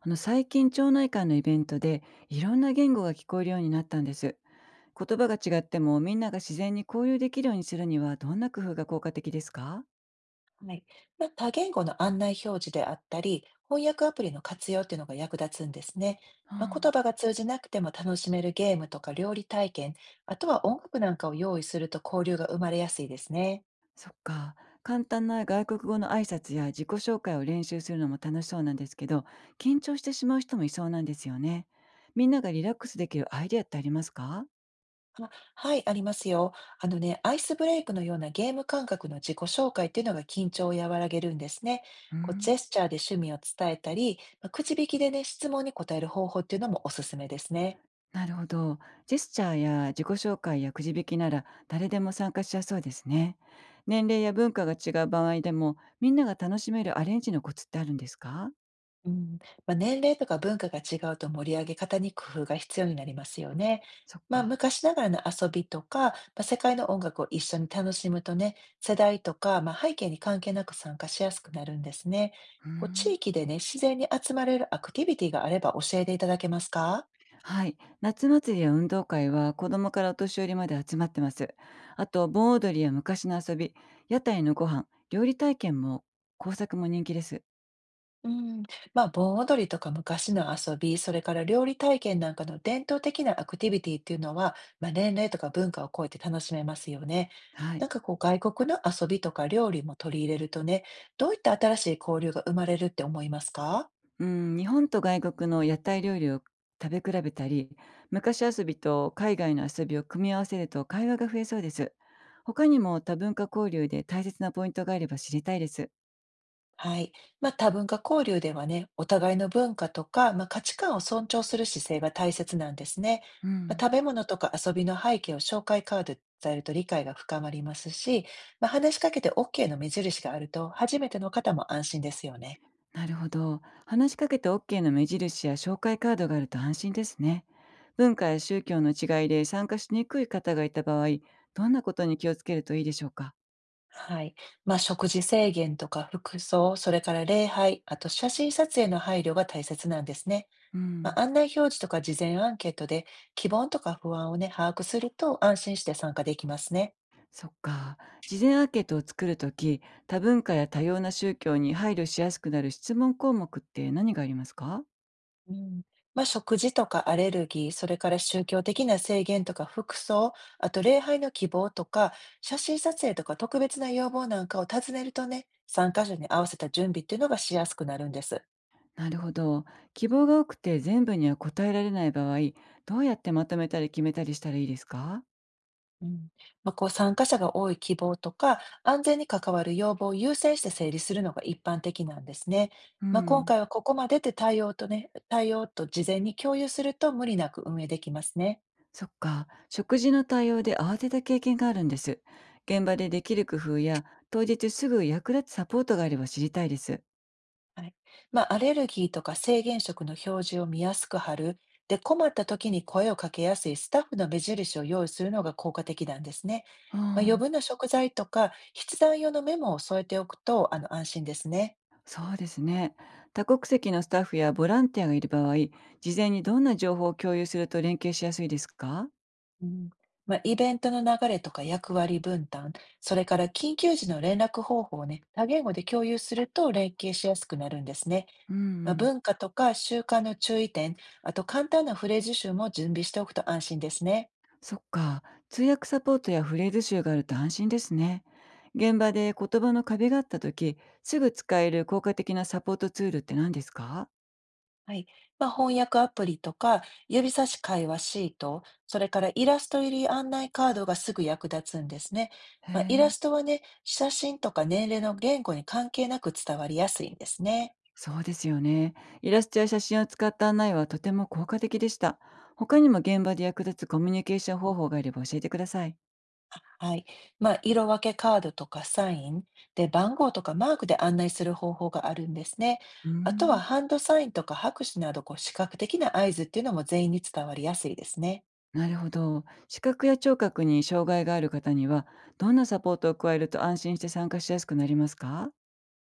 最近町内会のイベントでいろんな言語が聞こえるようになったんです。言葉が違ってもみんなが自然に交流できるようにするには、どんな工夫が効果的ですか？はい。多言語の案内表示であったり、翻訳アプリの活用っていうのが役立つんですね。うん。言葉が通じなくても楽しめるゲームとか料理体験、あとは音楽なんかを用意すると交流が生まれやすいですね。そっか。簡単な外国語の挨拶や自己紹介を練習するのも楽しそうなんですけど、緊張してしまう人もいそうなんですよね。みんながリラックスできるアイデアってありますか？あ、はい、ありますよ。あのね、アイスブレイクのようなゲーム感覚の自己紹介っていうのが緊張を和らげるんですね。うこうジェん。スチャーで趣味を伝えたり、くじ引きでね、質問に答える方法っていうのもおすすめですね。なるほど。ジェスチャーや自己紹介やくじ引きなら誰でも参加しやすそうですね。年齢や文化が違う場合でもみんなが楽しめるアレンジのコツってあるんですか？うん、年齢とか文化が違うと盛り上げ方に工夫が必要になりますよね。そっか。昔ながらの遊びとか、世界の音楽を一緒に楽しむとね、世代とか、背景に関係なく参加しやすくなるんですね。うーこう、地ん。域でね、自然に集まれるアクティビティがあれば教えていただけますか？はい。夏祭りや運動会は子供からお年寄りまで集まってます。あと、盆踊りや昔の遊び、屋台のご飯、料理体験も工作も人気です。うん、盆踊りとか昔の遊び、それから料理体験なんかの伝統的なアクティビティっていうのは、年齢とか文化を超えて楽しめますよね。はなんい。かこう外国の遊びとか料理も取り入れるとね、どういった新しい交流が生まれるって思いますか？うん、日本と外国の屋台料理を食べ比べたり、昔遊びと海外の遊びを組み合わせると会話が増えそうです。他にも多文化交流で大切なポイントがあれば知りたいです。はい。多文化交流ではね、お互いの文化とか、価値観を尊重する姿勢が大切なんですね。うん、食べ物とか遊びの背景を紹介カードで伝えると理解が深まりますし、話しかけて OK の目印があると、初めての方も安心ですよね。なるほど。話しかけて OK の目印や紹介カードがあると安心ですね。文化や宗教の違いで参加しにくい方がいた場合、どんなことに気をつけるといいでしょうか。はい。食事制限とか服装、それから礼拝、あと写真撮影の配慮が大切なんですね。うん。案内表示とか事前アンケートで、希望とか不安をね、把握すると安心して参加できますね。そっか。事前アンケートを作るとき、多文化や多様な宗教に配慮しやすくなる質問項目って何がありますか？うん、食事とかアレルギー、それから宗教的な制限とか服装、あと礼拝の希望とか、写真撮影とか特別な要望なんかを尋ねるとね、参加者に合わせた準備っていうのがしやすくなるんです。なるほど。希望が多くて全部には答えられない場合、どうやってまとめたり決めたりしたらいいですか？うん。こう参加者が多い希望とか、安全に関わる要望を優先して整理するのが一般的なんですね。う今ん。回はここまでって対応と事前に共有すると無理なく運営できますね。そっか。食事の対応で慌てた経験があるんです。現場でできる工夫や、当日すぐ役立つサポートがあれば知りたいです。はい。アレルギーとか制限食の表示を見やすく貼る。で、困った時に声をかけやすいスタッフの目印を用意するのが効果的なんですね。う余ん。分な食材とか筆談用のメモを添えておくと、安心ですね。そうですね。多国籍のスタッフやボランティアがいる場合、事前にどんな情報を共有すると連携しやすいですか？うん。イベントの流れとか役割分担、それから緊急時の連絡方法をね、多言語で共有すると連携しやすくなるんですね。うんうん。文化とか習慣の注意点、あと簡単なフレーズ集も準備しておくと安心ですね。そっか。通訳サポートやフレーズ集があると安心ですね。現場で言葉の壁があった時、すぐ使える効果的なサポートツールって何ですか？はい。翻訳アプリとか、指差し会話シート、それからイラスト入り案内カードがすぐ役立つんですね。へイえ、ラストはね、写真とか年齢の言語に関係なく伝わりやすいんですね。そうですよね。イラストや写真を使った案内はとても効果的でした。他にも現場で役立つコミュニケーション方法があれば教えてください。はい。色分けカードとかサインで番号とかマークで案内する方法があるんですね。うあとはん。ハンドサインとか拍手などこう視覚的な合図っていうのも全員に伝わりやすいですね。なるほど。視覚や聴覚に障害がある方には、どんなサポートを加えると安心して参加しやすくなりますか？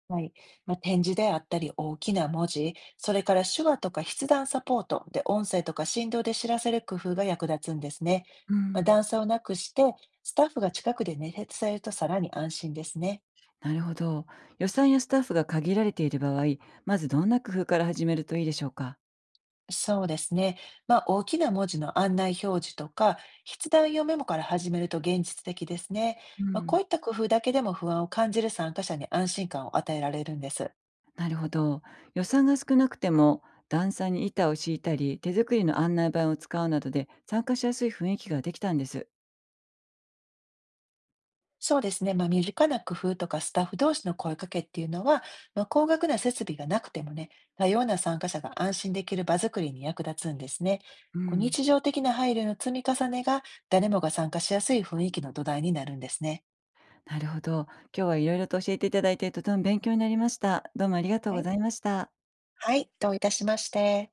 はい。展示であったり大きな文字、それから手話とか筆談サポートで音声とか振動で知らせる工夫が役立つんですね。うん、段差をなくして、スタッフが近くでね伝えるとさらに安心ですね。なるほど。予算やスタッフが限られている場合、まずどんな工夫から始めるといいでしょうか？そうですね。大きな文字の案内表示とか、筆談用メモから始めると現実的ですね。うこん、ういった工夫だけでも不安を感じる参加者に安心感を与えられるんです。なるほど。予算が少なくても、段差に板を敷いたり、手作りの案内板を使うなどで参加しやすい雰囲気ができたんです。そうですね。身近な工夫とかスタッフ同士の声かけっていうのは、高額な設備がなくてもね、多様な参加者が安心できる場作りに役立つんですね。うこうん。日常的な配慮の積み重ねが、誰もが参加しやすい雰囲気の土台になるんですね。なるほど。今日はいろいろと教えていただいて、とても勉強になりました。どうもありがとうはごい。ざいました。はい、どういたしまして。